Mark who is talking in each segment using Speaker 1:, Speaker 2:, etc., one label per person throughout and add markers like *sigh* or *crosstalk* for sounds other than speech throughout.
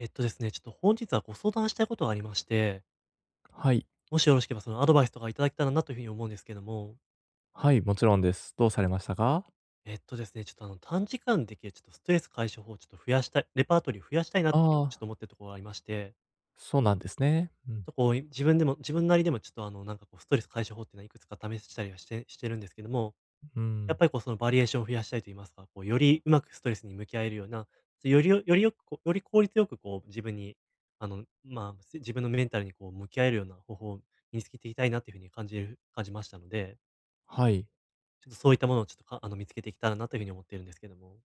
Speaker 1: えっとですね、ちょっと本日はご相談したいことがありまして、
Speaker 2: はい。
Speaker 1: もしよろしければそのアドバイスとかいただけたらなというふうに思うんですけども、
Speaker 2: はい、もちろんです。どうされましたか？
Speaker 1: えっとですね、ちょっと短時間でできるちょっとストレス解消法をちょっと増やしたい、レパートリーを増やしたいな
Speaker 2: あ
Speaker 1: というふうにちょ
Speaker 2: あ、
Speaker 1: っと思ってるところがありまして、
Speaker 2: そうなんですね。うん、
Speaker 1: ちょっとこう自分でも、自分なりでもちょっとなんかこうストレス解消法っていうのはいくつか試したりはしてるんですけども、
Speaker 2: う
Speaker 1: やっ
Speaker 2: ん。
Speaker 1: ぱりこう、そのバリエーションを増やしたいと言いますか、こう、よりうまくストレスに向き合えるような、よりよくこうより効率よくこう、自分に、自分のメンタルにこう向き合えるような方法を身につけていきたいなというふうに感じましたので、
Speaker 2: はい。
Speaker 1: ちょっとそういったものをちょっとかあの、見つけていけたらなというふうに思っているんですけども。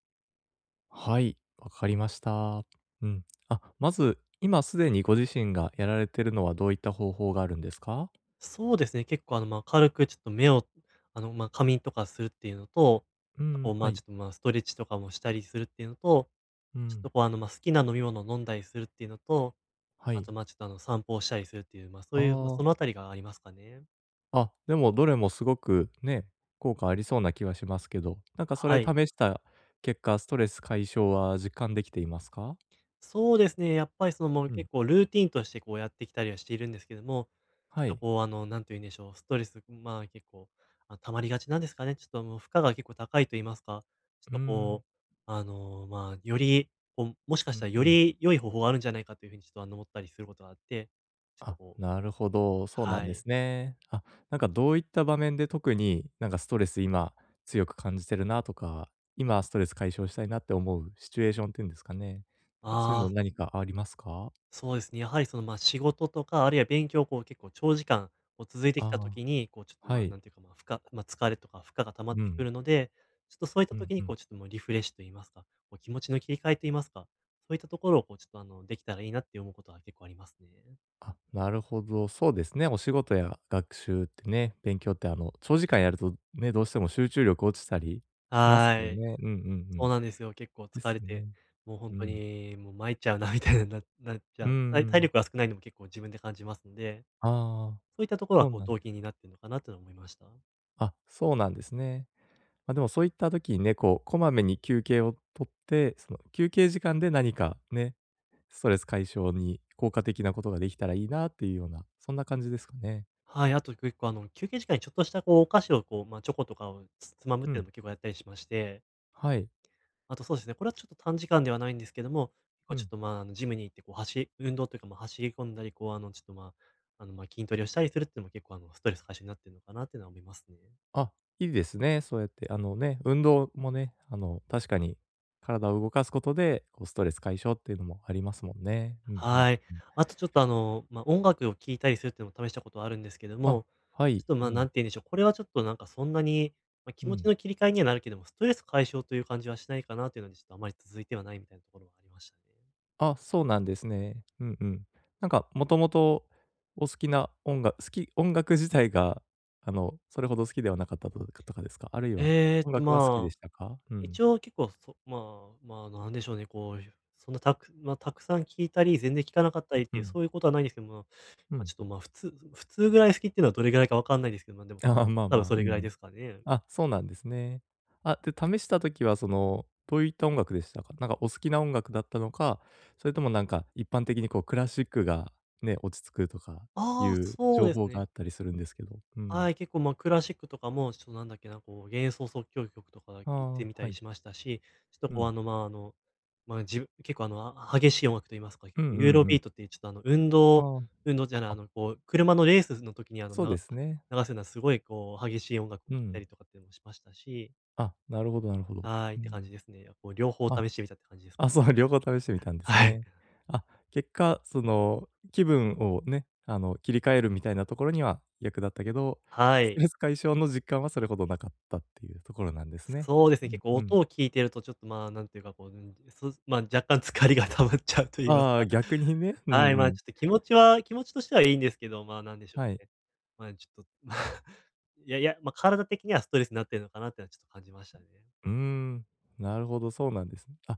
Speaker 2: はい、わかりました。うん。あ、まず、今すでにご自身がやられてるのはどういった方法があるんですか？
Speaker 1: そうですね、結構軽くちょっと目を、仮眠とかするっていうのと、
Speaker 2: う
Speaker 1: こ
Speaker 2: ん、
Speaker 1: う、ま
Speaker 2: は
Speaker 1: あ、
Speaker 2: い。
Speaker 1: ちょっと、まあ、ストレッチとかもしたりするっていうのと、
Speaker 2: う
Speaker 1: ちょっ
Speaker 2: ん、
Speaker 1: とこう、好きな飲み物を飲んだりするっていうのと、
Speaker 2: は
Speaker 1: あ
Speaker 2: い。
Speaker 1: と、まあ、ちょっと、あの、散歩をしたりするっていう、まあ、そういう、まあ、
Speaker 2: あ
Speaker 1: そのあたりがありますかね？
Speaker 2: あ、あ、でもどれもすごくね、効果ありそうな気はしますけど、なんかそ
Speaker 1: は
Speaker 2: れ
Speaker 1: い。
Speaker 2: 試した結果、ストレス解消は実感できていますか？
Speaker 1: そうですね、やっぱり、その、もう、
Speaker 2: うん。
Speaker 1: 結構ルーティンとして、こう、やってきたりはしているんですけども、ちょっ
Speaker 2: は
Speaker 1: と、
Speaker 2: い。
Speaker 1: こう、なんて言うんでしょう、ストレス、まあ、結構、あ、溜まりがちなんですかね。ちょっと、もう、負荷が結構高いと言いますか、ちょっ
Speaker 2: うー
Speaker 1: と、
Speaker 2: ん。
Speaker 1: こう、より、こう、もしか
Speaker 2: う
Speaker 1: し
Speaker 2: ん
Speaker 1: たらよ
Speaker 2: うん。
Speaker 1: り良い方法があるんじゃないかという風に、ちょっと、思ったりすることがあって、ちょっと、
Speaker 2: あ、
Speaker 1: こう
Speaker 2: なるほど、そうなん
Speaker 1: は
Speaker 2: で
Speaker 1: い。
Speaker 2: すね。あ、なんかどういった場面で特になんかストレス今強く感じてるなとか、今ストレス解消したいなって思うシチュエーションっていうんですかね。なんかそういうの
Speaker 1: ああ、
Speaker 2: 何かありますか？
Speaker 1: そうですね、やはりその、ま、仕事とか、あるいは勉強をこう結構長時間こう続いてきた
Speaker 2: ああ、
Speaker 1: 時に、こうちょっと、
Speaker 2: は
Speaker 1: ま、
Speaker 2: い。
Speaker 1: なんていうか、ま、負荷まあ、疲れとか負荷が溜まっ
Speaker 2: う
Speaker 1: てく
Speaker 2: ん、
Speaker 1: るので、ちょっとそういっ
Speaker 2: う
Speaker 1: た
Speaker 2: ん
Speaker 1: 時
Speaker 2: う
Speaker 1: にこ
Speaker 2: ん。
Speaker 1: うちょっともうリフレッシュといいますか、こう気持ちの切り替えといいますか、そういったところをこうちょっとできたらいいなって思うことは結構ありますね。
Speaker 2: あ、なるほど、そうですね。お仕事や学習ってね、勉強ってあの長時間やるとね、どうしても集中力落ちたりします
Speaker 1: は
Speaker 2: から
Speaker 1: ーい。
Speaker 2: ね。うんうんう
Speaker 1: そ
Speaker 2: ん。
Speaker 1: うなんですよ。結構
Speaker 2: で
Speaker 1: 疲
Speaker 2: す
Speaker 1: れて、
Speaker 2: ね。
Speaker 1: もう本
Speaker 2: う
Speaker 1: 当
Speaker 2: ん。
Speaker 1: にもう参っちゃうなみたいになっち
Speaker 2: う
Speaker 1: ゃ
Speaker 2: んう
Speaker 1: う。体
Speaker 2: ん。
Speaker 1: 力が少ないのも結構自分で感じますので、
Speaker 2: ああ、
Speaker 1: そういったところ
Speaker 2: そ
Speaker 1: は
Speaker 2: う
Speaker 1: こう
Speaker 2: なん
Speaker 1: 動機になってるのかなとは思いました。
Speaker 2: そうなんですね。まあ、でもそういった時にね、こう、こまめに休憩をとって、その休憩時間で何かね、ストレス解消に効果的なことができたらいいなっていうような、そんな感じですかね。
Speaker 1: はい、あと結構休憩時間にちょっとしたこうお菓子をこう、まあ、チョコとかをまむっ
Speaker 2: う
Speaker 1: ていう
Speaker 2: ん、
Speaker 1: のも結構やったりしまして、
Speaker 2: はい、
Speaker 1: あとそうですね、これはちょっと短時間ではないんですけども、結
Speaker 2: う
Speaker 1: 構ちょっ
Speaker 2: ん。
Speaker 1: と、まあ、ジムに行ってこう運動というか、ま、走り込んだり、こうあの、ちょっと、まあ、あの、ま、筋トレをしたりするっていうのも結構ストレス解消になってるのかなっていうのは思いますね。
Speaker 2: あ、いいですね、そうやって、あのね、運動もね、あの、確かに体を動かすことで、こう、ストレス解消っていうのもありますもんね。うんうん
Speaker 1: はい。
Speaker 2: うん。
Speaker 1: あとちょっと音楽を聴いたりするっていうのも試したことはあるんですけど
Speaker 2: あ、
Speaker 1: も、
Speaker 2: は
Speaker 1: ちょ
Speaker 2: い、
Speaker 1: っと、
Speaker 2: う
Speaker 1: まあ、
Speaker 2: ん、
Speaker 1: なんて言うんでしょう、これはちょっとなんかそんなに、まあ、
Speaker 2: う
Speaker 1: 気持ち
Speaker 2: ん。
Speaker 1: の切り替えにはなるけども、ストレス解消という感じはしないかなというので、ちょっとあまり続いてはないみたいなところはありましたね。
Speaker 2: あ、そうなんですね。うんうん。なんか、もともとお好きな音楽好き音楽自体が、あの、それほど好きではなかったとかですか？あるいは、
Speaker 1: ええ
Speaker 2: 音
Speaker 1: と、
Speaker 2: 楽は好き
Speaker 1: ま
Speaker 2: で
Speaker 1: あ、
Speaker 2: したか？うん。
Speaker 1: 一応結構そまあ、まあ、なんでしょうね、こう、そんなたくまあ、たくさん聴いたり、全然聴かなかったりっ
Speaker 2: う
Speaker 1: ていう、
Speaker 2: ん。
Speaker 1: そういうことはないんですけども、ま
Speaker 2: う
Speaker 1: あ、
Speaker 2: ん。
Speaker 1: ちょっと、まあ、普通ぐらい好きっていうのはどれぐらいかわかんないですけど、まあ、でも、
Speaker 2: *laughs* ああ、まあ
Speaker 1: 多
Speaker 2: ま
Speaker 1: 分
Speaker 2: あ、う
Speaker 1: それぐらい
Speaker 2: ん。
Speaker 1: ですかね。
Speaker 2: あ、そうなんですね。あ、で、試したときは、その、どういった音楽でしたか？なんかお好きな音楽だったのか、それともなんか一般的にこうクラシックがね、落ち着くとかい
Speaker 1: ああ、
Speaker 2: う
Speaker 1: そう
Speaker 2: 情
Speaker 1: です
Speaker 2: 報があ
Speaker 1: ね。
Speaker 2: ったりするんですけど。うん。
Speaker 1: はい、結構、ま、クラシックとかも、ちょっとなんだっけな、こう、幻想即興曲とか聞
Speaker 2: あ
Speaker 1: いて
Speaker 2: あ、
Speaker 1: みた
Speaker 2: は
Speaker 1: り
Speaker 2: い。
Speaker 1: しましたし、ちょっと
Speaker 2: う
Speaker 1: こう、
Speaker 2: ん。
Speaker 1: 結構、激しい音楽と言いますか、
Speaker 2: う
Speaker 1: 結
Speaker 2: んう
Speaker 1: 構
Speaker 2: ん
Speaker 1: ユーロ
Speaker 2: うん。
Speaker 1: ビートっていうちょっと、
Speaker 2: ああ。
Speaker 1: 運動じゃない、あ
Speaker 2: あ、
Speaker 1: の、こう、車のレースの時に、あの、
Speaker 2: そうですね。
Speaker 1: 流すようなすごい、こう、激しい音楽を聴
Speaker 2: う
Speaker 1: いた
Speaker 2: ん。
Speaker 1: りとかっていうのもしましたし、
Speaker 2: あ、なるほどなるほど。
Speaker 1: はい、
Speaker 2: う
Speaker 1: って感じ
Speaker 2: ん。
Speaker 1: ですね。こう、両方
Speaker 2: あ、
Speaker 1: 試してみたって感じです。
Speaker 2: あ、そう、*laughs* 両方試してみ
Speaker 1: *laughs*
Speaker 2: たんです
Speaker 1: はい。
Speaker 2: ね。あ、結果、その、気分をね、あの、切り替えるみたいなところには役立ったけど、
Speaker 1: は
Speaker 2: スト
Speaker 1: い。
Speaker 2: レス解消の実感はそれほどなかったっていうところなんですね。
Speaker 1: そうです
Speaker 2: う
Speaker 1: ね、
Speaker 2: ん
Speaker 1: 結構
Speaker 2: うん。
Speaker 1: 音を聞いてると、ちょっと、まあ、なんていうか、こう、うん、そまあ若干疲れが溜まっちゃうと言います
Speaker 2: ああ、
Speaker 1: か。
Speaker 2: 逆にね。うん
Speaker 1: はい、ま
Speaker 2: う
Speaker 1: あ、
Speaker 2: ん。
Speaker 1: ちょっと気持ちとしてはいいんですけど、まあ、なんでしょう
Speaker 2: はい。
Speaker 1: ね。まあ、ちょっと、まあ、いやいや、体的にはストレスになってるのかなってのはちょっと感じましたね。
Speaker 2: うーん、なるほど、そうなんですね。あ、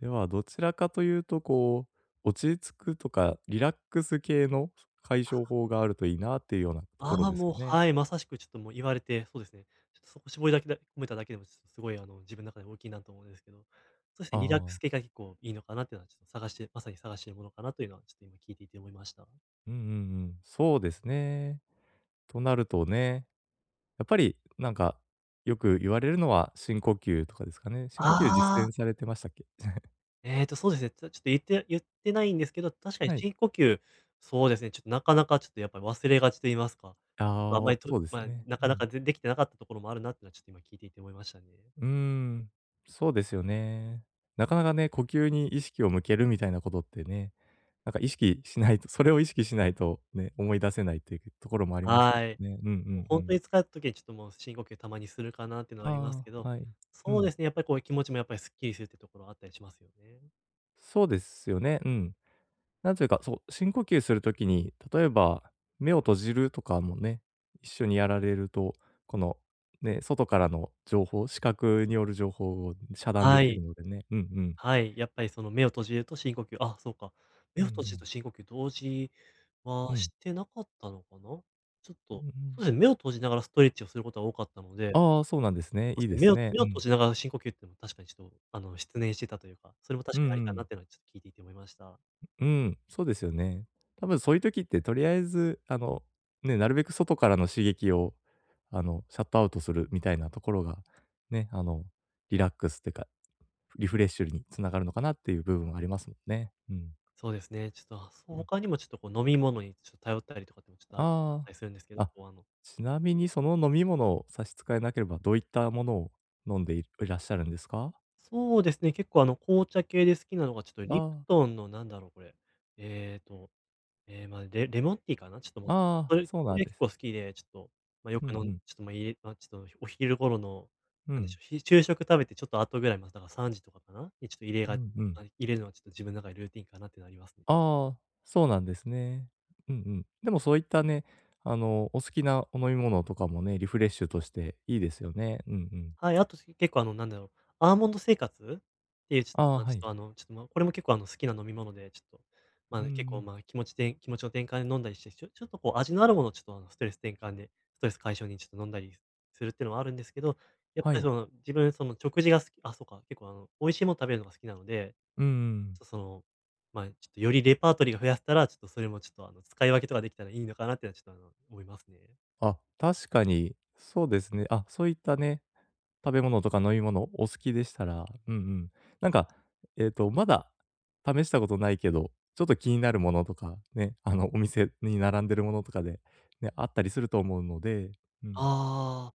Speaker 2: ではどちらかというと、こう、落ち着くとかリラックス系の解消法があるといいなっていうようなところ
Speaker 1: ああ、
Speaker 2: です
Speaker 1: も
Speaker 2: か
Speaker 1: う、
Speaker 2: ね。
Speaker 1: はい、まさしくちょっともう言われて、そうですね。ちょっとそこ絞りだけだ込めただけでも、ちょっとすごい、あの、自分の中で大きいなと思うんですけど、そうですね、リラック
Speaker 2: あ
Speaker 1: ス
Speaker 2: あ、
Speaker 1: 系が結構いいのかなっていうのは、ちょっと探してまさに探してるものかなというのは、ちょっと今聞いていて思いました。
Speaker 2: うんうんうん。そうですね。となるとね、やっぱりなんか、よく言われるのは深呼吸とかですかね。深呼吸実
Speaker 1: あ
Speaker 2: 践されてましたっけ？
Speaker 1: ええと、そうですね。ちょっと言ってないんですけど、確かに
Speaker 2: はい。
Speaker 1: 深呼吸、そうですね、ちょっとなかなかちょっとやっぱり忘れがちと言いますか、ちょっとあま
Speaker 2: ああ、
Speaker 1: りと
Speaker 2: そうです
Speaker 1: まあ、
Speaker 2: ね。
Speaker 1: なか
Speaker 2: う
Speaker 1: な
Speaker 2: ん。
Speaker 1: かきてなかったところもあるなってのはちょっと今聞いていて思いましたね。
Speaker 2: うーん、そうですよね。なかなかね、呼吸に意識を向けるみたいなことってね、なんか意識しないとそれを意識しないとね、思い出せないっていうところもありますけ
Speaker 1: はい。
Speaker 2: どね。うんう
Speaker 1: もう
Speaker 2: んう
Speaker 1: 本当
Speaker 2: ん。
Speaker 1: に疲れた時にちょっともう深呼吸たまにするかなっていうのはあります
Speaker 2: あ
Speaker 1: け
Speaker 2: あ、
Speaker 1: ど、
Speaker 2: はい。う
Speaker 1: そう
Speaker 2: ん。
Speaker 1: ですね、やっぱりこういう気持ちもやっぱりすっきりするってところあったりしますよね。
Speaker 2: そうですよね。うん。なんというか、そう、深呼吸するときに、例えば目を閉じるとかもね、一緒にやられると、この、ね、外からの情報、視覚による情報を遮断で
Speaker 1: は
Speaker 2: き
Speaker 1: い。
Speaker 2: るのでね。うんうん。
Speaker 1: はい、やっぱりその目を閉じると深呼吸、あ、そうか、目
Speaker 2: うん
Speaker 1: を
Speaker 2: う
Speaker 1: 閉じる
Speaker 2: ん。
Speaker 1: と深呼吸同時は
Speaker 2: う
Speaker 1: し
Speaker 2: ん。
Speaker 1: てなかったのかな？ちょっ
Speaker 2: う
Speaker 1: と、
Speaker 2: んうん。
Speaker 1: そうですね、目を閉じながらストレッチをすることが多かったので、
Speaker 2: ああ、そうなんですね。
Speaker 1: そう
Speaker 2: い
Speaker 1: で
Speaker 2: い
Speaker 1: す
Speaker 2: で
Speaker 1: ね、目
Speaker 2: す
Speaker 1: を
Speaker 2: ね。
Speaker 1: 目
Speaker 2: う
Speaker 1: を閉
Speaker 2: ん。
Speaker 1: じながら深呼吸っていうのも確かにちょっと、あの、失念してたというか、それも
Speaker 2: う
Speaker 1: 確
Speaker 2: んう
Speaker 1: かにありかなっ
Speaker 2: ん。
Speaker 1: ていうのはちょっと聞いていて思いました。
Speaker 2: うん、そうですよね。多分そういう時って、とりあえず、あの、ね、なるべく外からの刺激を、あの、シャットアウトするみたいなところが、ね、あの、リラックスっていうか、リフレッシュにつながるのかなっていう部分はありますもんね。うん。
Speaker 1: そうですね、ちょっと、あ、そう
Speaker 2: うん。
Speaker 1: 他にもちょっとこう飲み物にちょっと頼ったりとかってもちょっとああった
Speaker 2: あ
Speaker 1: りするんですけ
Speaker 2: あ。
Speaker 1: ど、
Speaker 2: あ、
Speaker 1: こう
Speaker 2: ちなみにその飲み物を差し支えなければ、どういったものを飲んでいいらっしゃるんですか？
Speaker 1: そうですね、結構紅茶系で好きなのがちょっとリプ
Speaker 2: あ
Speaker 1: トンのなんだろうこれ、えーとええ、まあ、レモンティーかな、ちょっともう、
Speaker 2: あ、
Speaker 1: そ
Speaker 2: ああ、
Speaker 1: れ
Speaker 2: そう
Speaker 1: そ
Speaker 2: なん
Speaker 1: れ
Speaker 2: で
Speaker 1: 結
Speaker 2: す。
Speaker 1: 構好きで、ちょっと、ま、よ
Speaker 2: うんう
Speaker 1: く飲ん
Speaker 2: ん。
Speaker 1: ちょっと、ま、いま、ちょっとお昼頃の、
Speaker 2: う
Speaker 1: なんで
Speaker 2: ん。
Speaker 1: しょう、ひ昼食食べてちょっと後ぐらい、ま、だから3時とかかな、にちょっと入れ
Speaker 2: う
Speaker 1: が
Speaker 2: んうん。
Speaker 1: あ、入れるのはちょっと自分の中でルーティンかなっていうのはありますね。
Speaker 2: ああ、そうなんですね。うんうん。でもそういったね、あの、お好きなお飲み物とかもね、リフレッシュとしていいですよね。うんうん。
Speaker 1: はい、あと、結構なんだろう、アーモンド生活っていうちょ
Speaker 2: あ
Speaker 1: っと、
Speaker 2: あ、
Speaker 1: まあ、
Speaker 2: は
Speaker 1: ちょっ
Speaker 2: い。
Speaker 1: とちょっと、まあ、これも結構好きな飲み物で、ちょっと、ま
Speaker 2: う
Speaker 1: あ
Speaker 2: んう
Speaker 1: ね、結構、
Speaker 2: ん。
Speaker 1: まあ、気持ちて気持ちの転換で飲んだりして、ちょっとこう味のあるものをちょっとストレス転換で、ストレス解消にちょっと飲んだりするっていうのはあるんですけど、やっ
Speaker 2: は
Speaker 1: ぱり
Speaker 2: い。
Speaker 1: その、自分その食事が好きあ、そうか、結構美味しいもの食べるのが好きなので、
Speaker 2: うんう
Speaker 1: ち
Speaker 2: ん。
Speaker 1: ょっとその、まあ、ちょっとよりレパートリーが増やせたら、ちょっとそれもちょっと使い分けとかできたらいいのかなっていうのはちょっと思いますね。
Speaker 2: あ、確かに、そうですね。あ、そういったね、食べ物とか飲み物お好きでしたら、うんうん。なんか、えっと、まだ試したことないけど、ちょっと気になるものとか、ね、あの、お店に並んでるものとかで、ね、あったりすると思うので、うん。
Speaker 1: ああ、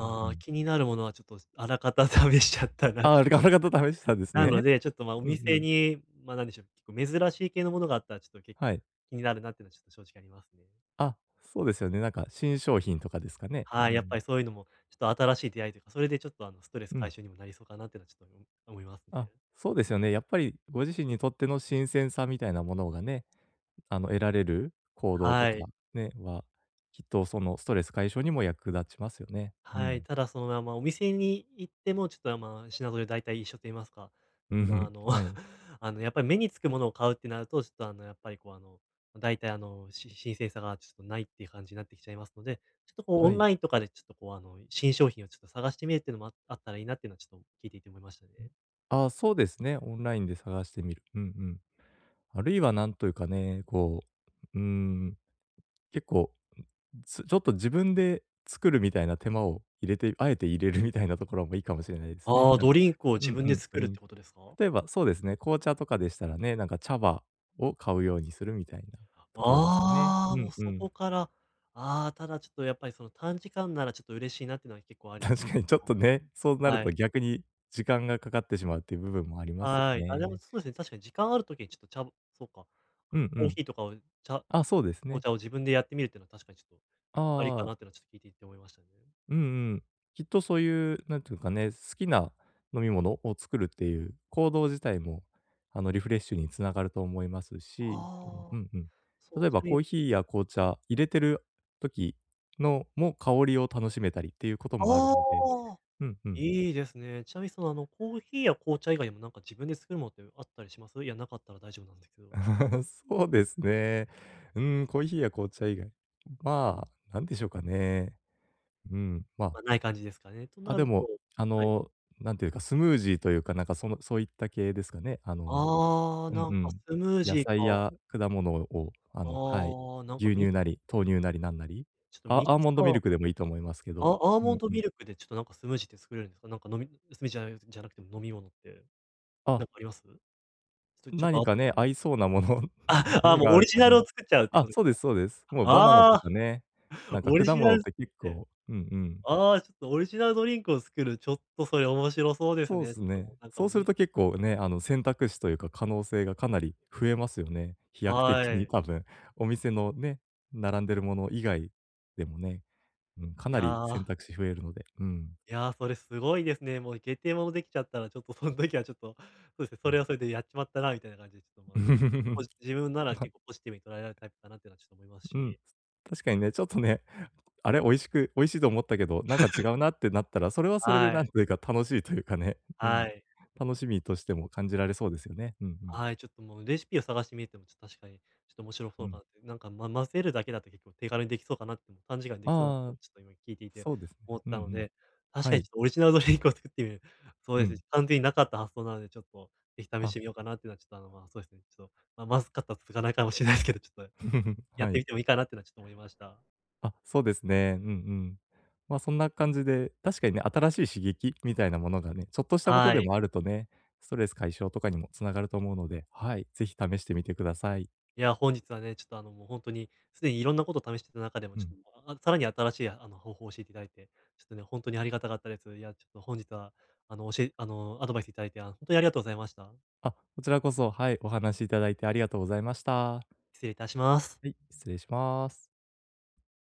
Speaker 2: うんう
Speaker 1: あ、
Speaker 2: ん。
Speaker 1: 気になるものはちょっとあらかた試しちゃったなって
Speaker 2: ああ、あれが
Speaker 1: 感じ。*laughs*
Speaker 2: 方試したんです
Speaker 1: なの
Speaker 2: ね。
Speaker 1: で、ちょっと、ま、
Speaker 2: *laughs*
Speaker 1: お
Speaker 2: うんう
Speaker 1: 店
Speaker 2: ん。
Speaker 1: に、ま、なんでしょう、結構珍しい系のものがあったら、ちょっとけ
Speaker 2: はい。
Speaker 1: 気になるなっていうのはちょっと正直ありますね。
Speaker 2: あ、そうですよね。なんか新商品とかですかね？う
Speaker 1: はい、やっ
Speaker 2: ん。
Speaker 1: ぱりそういうのも、ちょっと新しい出会いというか、それでちょっと、ストレス
Speaker 2: う
Speaker 1: 解
Speaker 2: ん。
Speaker 1: 消にもなりそうかなっていうのはちょっと思いますね。
Speaker 2: あ、そうですよね。やっぱりご自身にとっての新鮮さみたいなものがね、あの、得られる行動と
Speaker 1: は
Speaker 2: か
Speaker 1: い。
Speaker 2: ね、は、きっとそのストレス解消にも役立ちますよね。う
Speaker 1: はい、
Speaker 2: ん。
Speaker 1: ただその、まあま、お店に行っても、ちょっと、まあ、品揃え大体一緒と言いますか、
Speaker 2: うん。
Speaker 1: まあ、
Speaker 2: *laughs* はい。
Speaker 1: *laughs* やっぱり目につくものを買うってなると、ちょっと、やっぱり、こう、大体、し新鮮さがちょっとないっていう感じになってきちゃいますので、ちょっと、こう、オ
Speaker 2: は
Speaker 1: ン
Speaker 2: い。
Speaker 1: ラインとかで、ちょっと、こう、新商品をちょっと探してみるっていうのもああったらいいなっていうのは、ちょっと聞いていて思いましたね。
Speaker 2: うん。ああ、そうですね、オンラインで探してみる。うんうん。あるいはなんというかね、こう、うーん、結構つちょっと自分で作るみたいな手間を入れてあえて入れるみたいなところもいいかもしれないですね。
Speaker 1: ああ、
Speaker 2: なん
Speaker 1: ド
Speaker 2: か
Speaker 1: リンクを
Speaker 2: う
Speaker 1: 自
Speaker 2: ん
Speaker 1: 分
Speaker 2: う
Speaker 1: で
Speaker 2: ん、ド
Speaker 1: 作るっ
Speaker 2: リン
Speaker 1: て
Speaker 2: ク
Speaker 1: ことですか？
Speaker 2: 例えばそうですね、紅茶とかでしたらね、なんか茶葉を買うようにするみたいなところですかね。
Speaker 1: ああ、
Speaker 2: う
Speaker 1: もう
Speaker 2: んう
Speaker 1: そ
Speaker 2: ん。
Speaker 1: こから、ああ、ただちょっとやっぱり、その、短時間ならちょっと嬉しいなっていうのは結構あり
Speaker 2: 確かにちょっ
Speaker 1: ます
Speaker 2: とね、そうなる
Speaker 1: は
Speaker 2: と
Speaker 1: い。
Speaker 2: 逆に時間がかかってしまうっていう部分もありますよ
Speaker 1: はい。あ、でも
Speaker 2: ね。
Speaker 1: そうですね、確かに時間ある時にちょっと、茶、ゃそうか、
Speaker 2: うんう
Speaker 1: コー
Speaker 2: ん。
Speaker 1: ヒーとかを、茶
Speaker 2: あ、そうです
Speaker 1: 紅
Speaker 2: ね。
Speaker 1: 茶を自分でやってみるっていうのは確かにちょっと、ありか
Speaker 2: あ
Speaker 1: なっ
Speaker 2: あ
Speaker 1: ていうのはちょっと聞いていて思いましたね。
Speaker 2: うんうん。きっとそういう、なんていうかね、好きな飲み物を作るっていう行動自体も、あの、リフレッシュにつながると思います
Speaker 1: あ
Speaker 2: し、あのう
Speaker 1: あ、
Speaker 2: んうん。
Speaker 1: そう、
Speaker 2: 例え
Speaker 1: ち
Speaker 2: ば
Speaker 1: なみ
Speaker 2: コ
Speaker 1: に
Speaker 2: ーヒーや紅茶入れてる時のも香りを楽しめたりっていうこともある
Speaker 1: あ
Speaker 2: ので、
Speaker 1: あ、
Speaker 2: うんうん。
Speaker 1: いいですね。ちなみにその、コーヒーや紅茶以外にもなんか自分で作るものってあったりします？いや、なかったら大丈夫なんですけど。
Speaker 2: *laughs* そうですね。うん、コーヒーや紅茶以外。まあ、なんでしょうかね。うん、まあ、
Speaker 1: ま、ない感じですかね。と
Speaker 2: あ、
Speaker 1: な
Speaker 2: で
Speaker 1: る
Speaker 2: も、
Speaker 1: と
Speaker 2: あ
Speaker 1: はい。
Speaker 2: の、なんていうか、スムージーというか、なんかそのそういった系ですかね。あの
Speaker 1: ああ、
Speaker 2: うん
Speaker 1: な
Speaker 2: う
Speaker 1: んか
Speaker 2: ん。
Speaker 1: スムー
Speaker 2: 野
Speaker 1: ジー
Speaker 2: 菜
Speaker 1: か。
Speaker 2: や果物を、あの、はい、
Speaker 1: ああ、なんか
Speaker 2: 牛
Speaker 1: ミ
Speaker 2: 乳なり、豆乳なりなんなり、
Speaker 1: ちょっと
Speaker 2: ア
Speaker 1: ミキ
Speaker 2: アーモン
Speaker 1: サ
Speaker 2: ドミル
Speaker 1: ー
Speaker 2: クでもいいと思いますけど。
Speaker 1: あアー
Speaker 2: う
Speaker 1: モン
Speaker 2: ん
Speaker 1: ド
Speaker 2: うん。
Speaker 1: ミルクでちょっとなんかスムージーって作れるんですか？なんか飲みスムージーじゃないじゃなくても飲み物って
Speaker 2: あ、
Speaker 1: なんかあります？それちょっ
Speaker 2: 何
Speaker 1: と、
Speaker 2: かね、合いそうなもの、*laughs* あ、
Speaker 1: ああ、
Speaker 2: 何
Speaker 1: もう
Speaker 2: が合
Speaker 1: オ
Speaker 2: う
Speaker 1: リジ
Speaker 2: か
Speaker 1: ナルを
Speaker 2: ね。
Speaker 1: 作っちゃうって
Speaker 2: あ、
Speaker 1: ことで
Speaker 2: そう
Speaker 1: す
Speaker 2: で
Speaker 1: か？
Speaker 2: すそうです。もうバナナ
Speaker 1: あ
Speaker 2: と
Speaker 1: あ、
Speaker 2: かね、なんか
Speaker 1: オリ
Speaker 2: 果
Speaker 1: ジナ
Speaker 2: 物っ
Speaker 1: ル作
Speaker 2: て
Speaker 1: っ
Speaker 2: 結
Speaker 1: て、
Speaker 2: 構うんうん。
Speaker 1: ああ、ちょっとオリジナルドリンクを作る、ちょっとそれ面白そうです
Speaker 2: そう
Speaker 1: ね。ち
Speaker 2: す
Speaker 1: ょっとも
Speaker 2: ね。
Speaker 1: うなんか
Speaker 2: そう
Speaker 1: もう
Speaker 2: する
Speaker 1: み
Speaker 2: と結構ね、あの、選択肢というか可能性がかなり増えますよね。飛躍的
Speaker 1: は
Speaker 2: に
Speaker 1: い。
Speaker 2: 多分、お店のね、並んでるもの以外でもね。うん、か
Speaker 1: い
Speaker 2: なり選
Speaker 1: や、
Speaker 2: 択肢増えるので、うん。
Speaker 1: いや、それすごいですね。もう下手ものできちゃったらちょっとそん時はちょっと、そうですね、
Speaker 2: う
Speaker 1: それはそれでやっちまったなみたいな感じで、ちょっともう、ポ
Speaker 2: ん。
Speaker 1: ジ自分なら結構ポジティブに捉えられるタイプだなっていうのはちょっと思います
Speaker 2: *laughs* うん。
Speaker 1: し、
Speaker 2: 確かにね、ちょっとね、あれ、美味しいと思ったけど、なんか違うなってなったら、それはそれで
Speaker 1: は
Speaker 2: なん
Speaker 1: い、
Speaker 2: というか楽しいというかね、う
Speaker 1: は
Speaker 2: ん。
Speaker 1: い。
Speaker 2: 楽しみとしても感じられそうですよね。うんうん。
Speaker 1: はい、ちょっともうレシピを探してみても、ちょっと確かに、ちょっと面白
Speaker 2: う
Speaker 1: そうか
Speaker 2: ん。
Speaker 1: なって、なんか、ま、混ぜるだけだと結構手軽にできそうかなって、もう短時間にできそうだってい
Speaker 2: あ
Speaker 1: う
Speaker 2: あ、
Speaker 1: のをちょっと今聞いていて
Speaker 2: そうですね。
Speaker 1: 思っ
Speaker 2: うんう
Speaker 1: たの
Speaker 2: ん。
Speaker 1: で、確
Speaker 2: は
Speaker 1: かにち
Speaker 2: い。
Speaker 1: ょっとオリジナルドリンクを作ってみる、そう
Speaker 2: う
Speaker 1: ですね、
Speaker 2: ん。
Speaker 1: 完全になかった発想なので、ちょっとぜひ試し
Speaker 2: あ、
Speaker 1: てみようかなっていうのは、ちょっとま、そうですね、ちょっと、ま、まずかったら続かないかもしれないですけど、ちょっと
Speaker 2: *laughs*
Speaker 1: やっ
Speaker 2: は
Speaker 1: て
Speaker 2: い。
Speaker 1: みてもいいかなっていうのはちょっと思いました。
Speaker 2: あ、そうですね。うんうん。ま、そんな感じで、確かにね、新しい刺激みたいなものがね、ちょっとしたこと
Speaker 1: は
Speaker 2: で
Speaker 1: い。
Speaker 2: もあるとね、ストレス解消とかにもつながると思うので、はい、ぜひ試してみてください。
Speaker 1: いや、本日はね、ちょっともう本当に、すでにいろんなことを試してた中でも、
Speaker 2: う
Speaker 1: ちょ
Speaker 2: ん。
Speaker 1: っと、まあ、さらに新しい方法を教えていただいて、ちょっとね、本当にありがたかったです。いや、ちょっと本日は、教えアドバイスいただいて、にありがとうございました。
Speaker 2: あ、こちらこそ、はい、お話しいただいてありがとうございました。
Speaker 1: 失礼いたします。
Speaker 2: はい、失礼します。